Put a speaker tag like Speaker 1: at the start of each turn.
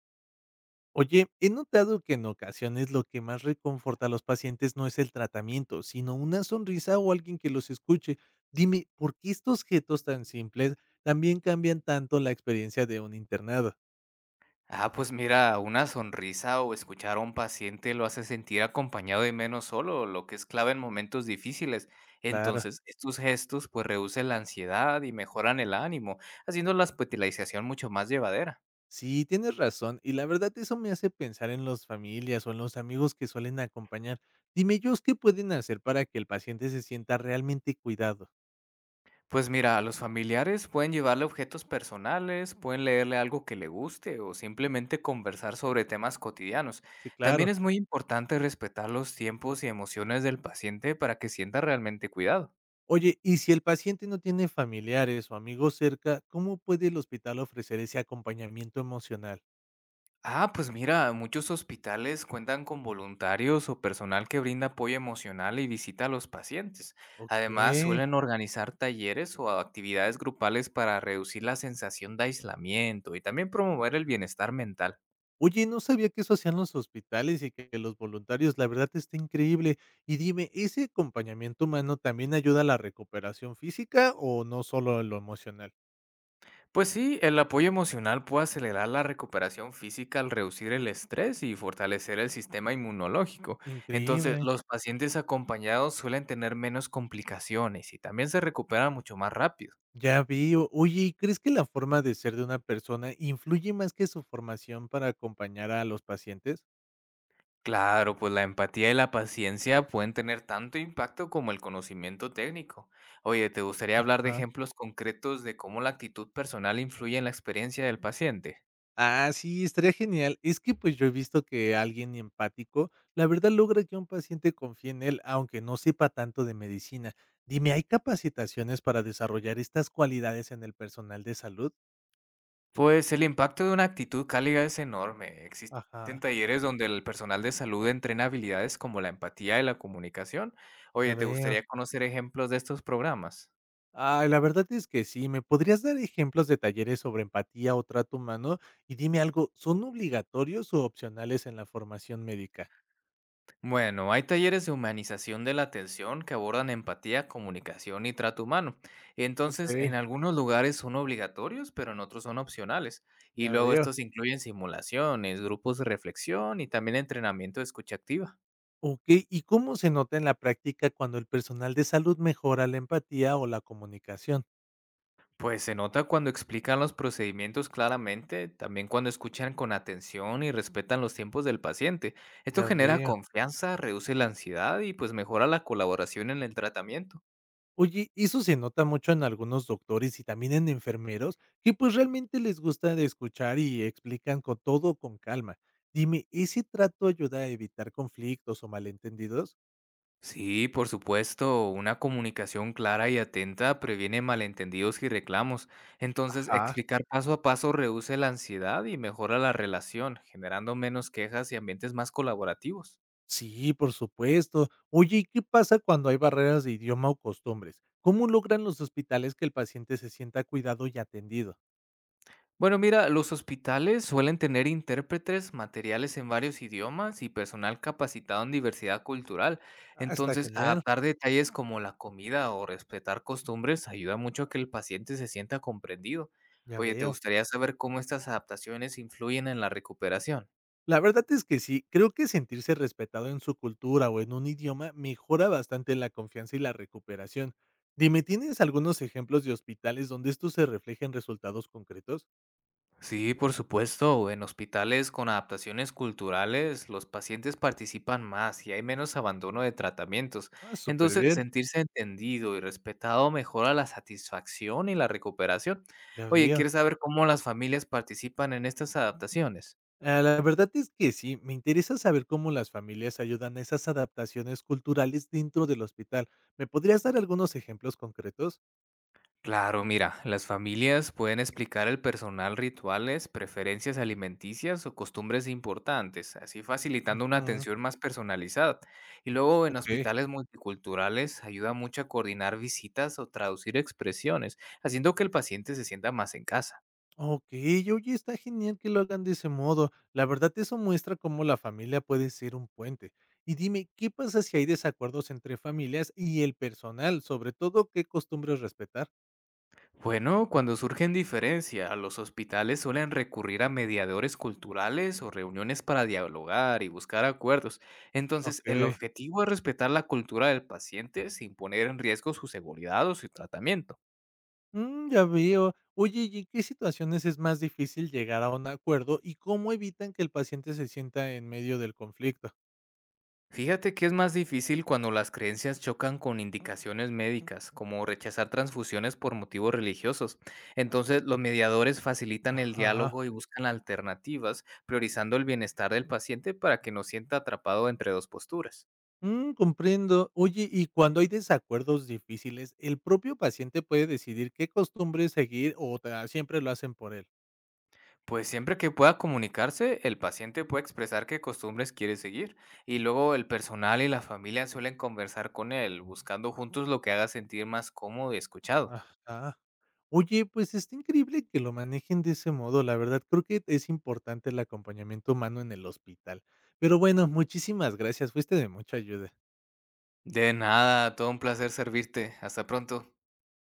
Speaker 1: Oye, he notado que en ocasiones lo que más reconforta a los pacientes no es el tratamiento, sino una sonrisa o alguien que los escuche. Dime, ¿por qué estos gestos tan simples también cambian tanto la experiencia de un internado?
Speaker 2: Ah, pues mira, una sonrisa o escuchar a un paciente lo hace sentir acompañado y menos solo, lo que es clave en momentos difíciles.
Speaker 1: Claro,
Speaker 2: Entonces, estos gestos pues reducen la ansiedad y mejoran el ánimo, haciendo la hospitalización mucho más llevadera.
Speaker 1: sí, tienes razón, y la verdad eso me hace pensar en las familias o en los amigos que suelen acompañar. Dime ellos qué pueden hacer para que el paciente se sienta realmente cuidado.
Speaker 2: Pues mira, a los familiares pueden llevarle objetos personales, pueden leerle algo que le guste o simplemente conversar sobre temas cotidianos.
Speaker 1: Sí,
Speaker 2: También
Speaker 1: claro.
Speaker 2: es muy importante respetar los tiempos y emociones del paciente para que sienta realmente cuidado.
Speaker 1: Oye, y si el paciente no tiene familiares o amigos cerca, ¿cómo puede el hospital ofrecer ese acompañamiento emocional?
Speaker 2: Ah, pues mira, muchos hospitales cuentan con voluntarios o personal que brinda apoyo emocional y visita a los pacientes.
Speaker 1: Ok.
Speaker 2: Además, suelen organizar talleres o actividades grupales para reducir la sensación de aislamiento y también promover el bienestar mental.
Speaker 1: Oye, no sabía que eso hacían los hospitales y que los voluntarios, la verdad está increíble. Y dime, ¿ese acompañamiento humano también ayuda a la recuperación física o no solo a lo emocional?
Speaker 2: Pues sí, el apoyo emocional puede acelerar la recuperación física al reducir el estrés y fortalecer el sistema inmunológico. Entonces,
Speaker 1: Increíble.
Speaker 2: los pacientes acompañados suelen tener menos complicaciones y también se recuperan mucho más rápido.
Speaker 1: Ya vi. Oye, ¿y crees que la forma de ser de una persona influye más que su formación para acompañar a los pacientes?
Speaker 2: Claro, pues la empatía y la paciencia pueden tener tanto impacto como el conocimiento técnico. Oye, ¿te gustaría hablar de
Speaker 1: Ajá.
Speaker 2: ejemplos concretos de cómo la actitud personal influye en la experiencia del paciente?
Speaker 1: Ah, sí, estaría genial. Es que, pues, yo he visto que alguien empático, la verdad, logra que un paciente confíe en él, aunque no sepa tanto de medicina. Dime, ¿hay capacitaciones para desarrollar estas cualidades en el personal de salud?
Speaker 2: Pues el impacto de una actitud cálida es enorme. Existen
Speaker 1: Ajá,
Speaker 2: talleres donde el personal de salud entrena habilidades como la empatía y la comunicación.
Speaker 1: ya
Speaker 2: Oye, ¿te
Speaker 1: veo.
Speaker 2: gustaría conocer ejemplos de estos programas?
Speaker 1: Ah, la verdad es que sí. ¿Me podrías dar ejemplos de talleres sobre empatía o trato humano? Y dime algo, ¿son obligatorios o opcionales en la formación médica?
Speaker 2: Bueno, hay talleres de humanización de la atención que abordan empatía, comunicación y trato humano. Entonces,
Speaker 1: Ok,
Speaker 2: en algunos lugares son obligatorios, pero en otros son opcionales. Y
Speaker 1: ya
Speaker 2: luego
Speaker 1: veo.
Speaker 2: estos incluyen simulaciones, grupos de reflexión y también entrenamiento de escucha activa.
Speaker 1: Ok, ¿y cómo se nota en la práctica cuando el personal de salud mejora la empatía o la comunicación?
Speaker 2: Pues se nota cuando explican los procedimientos claramente, también cuando escuchan con atención y respetan los tiempos del paciente. Esto
Speaker 1: Ya
Speaker 2: genera
Speaker 1: veo.
Speaker 2: confianza, reduce la ansiedad y pues mejora la colaboración en el tratamiento.
Speaker 1: Oye, eso se nota mucho en algunos doctores y también en enfermeros, que pues realmente les gusta de escuchar y explican con todo con calma. Dime, ¿ese trato ayuda a evitar conflictos o malentendidos?
Speaker 2: Sí, por supuesto, una comunicación clara y atenta previene malentendidos y reclamos. Entonces,
Speaker 1: Ajá.
Speaker 2: explicar paso a paso reduce la ansiedad y mejora la relación, generando menos quejas y ambientes más colaborativos.
Speaker 1: Sí, por supuesto. Oye, ¿y qué pasa cuando hay barreras de idioma o costumbres? ¿Cómo logran los hospitales que el paciente se sienta cuidado y atendido?
Speaker 2: Bueno, mira, los hospitales suelen tener intérpretes, materiales en varios idiomas y personal capacitado en diversidad cultural.
Speaker 1: Ah, está
Speaker 2: Entonces,
Speaker 1: genial,
Speaker 2: adaptar detalles como la comida o respetar costumbres ayuda mucho a que el paciente se sienta comprendido.
Speaker 1: ya
Speaker 2: Oye, ¿te
Speaker 1: veo.
Speaker 2: gustaría saber cómo estas adaptaciones influyen en la recuperación?
Speaker 1: La verdad es que sí, creo que sentirse respetado en su cultura o en un idioma mejora bastante la confianza y la recuperación. Dime, ¿tienes algunos ejemplos de hospitales donde esto se refleja en resultados concretos?
Speaker 2: Sí, por supuesto. En hospitales con adaptaciones culturales, los pacientes participan más y hay menos abandono de tratamientos.
Speaker 1: Ah, súper
Speaker 2: Entonces,
Speaker 1: bien,
Speaker 2: sentirse entendido y respetado mejora la satisfacción y la recuperación.
Speaker 1: ya
Speaker 2: Oye,
Speaker 1: veo.
Speaker 2: ¿quieres saber cómo las familias participan en estas adaptaciones?
Speaker 1: Ah, la verdad es que sí, me interesa saber cómo las familias ayudan a esas adaptaciones culturales dentro del hospital. ¿Me podrías dar algunos ejemplos concretos?
Speaker 2: Claro, mira, las familias pueden explicar al personal rituales, preferencias alimenticias o costumbres importantes, así facilitando una
Speaker 1: Ujú,
Speaker 2: atención más personalizada. Y luego en
Speaker 1: ok.
Speaker 2: hospitales multiculturales ayuda mucho a coordinar visitas o traducir expresiones, haciendo que el paciente se sienta más en casa.
Speaker 1: Okey, oye, está genial que lo hagan de ese modo. La verdad, eso muestra cómo la familia puede ser un puente. Y dime, ¿qué pasa si hay desacuerdos entre familias y el personal? Sobre todo, ¿qué costumbres respetar?
Speaker 2: Bueno, cuando surgen diferencias, los hospitales suelen recurrir a mediadores culturales o reuniones para dialogar y buscar acuerdos. Entonces, el
Speaker 1: Okey.
Speaker 2: objetivo es respetar la cultura del paciente sin poner en riesgo su seguridad o su tratamiento.
Speaker 1: Mm, ya veo. Oye, ¿y en qué situaciones es más difícil llegar a un acuerdo y cómo evitan que el paciente se sienta en medio del conflicto?
Speaker 2: Fíjate que es más difícil cuando las creencias chocan con indicaciones médicas, como rechazar transfusiones por motivos religiosos. Entonces, los mediadores facilitan el
Speaker 1: Ajá.
Speaker 2: diálogo y buscan alternativas, priorizando el bienestar del paciente para que no sienta atrapado entre dos posturas.
Speaker 1: Mm, comprendo. Oye, y cuando hay desacuerdos difíciles, ¿el propio paciente puede decidir qué costumbres seguir o siempre lo hacen por él?
Speaker 2: Pues siempre que pueda comunicarse, el paciente puede expresar qué costumbres quiere seguir y luego el personal y la familia suelen conversar con él, buscando juntos lo que haga sentir más cómodo y escuchado.
Speaker 1: Ajá. Oye, pues está increíble que lo manejen de ese modo. La verdad, creo que es importante el acompañamiento humano en el hospital. Pero bueno, muchísimas gracias. Fuiste de mucha ayuda.
Speaker 2: De nada, todo un placer servirte. Hasta pronto.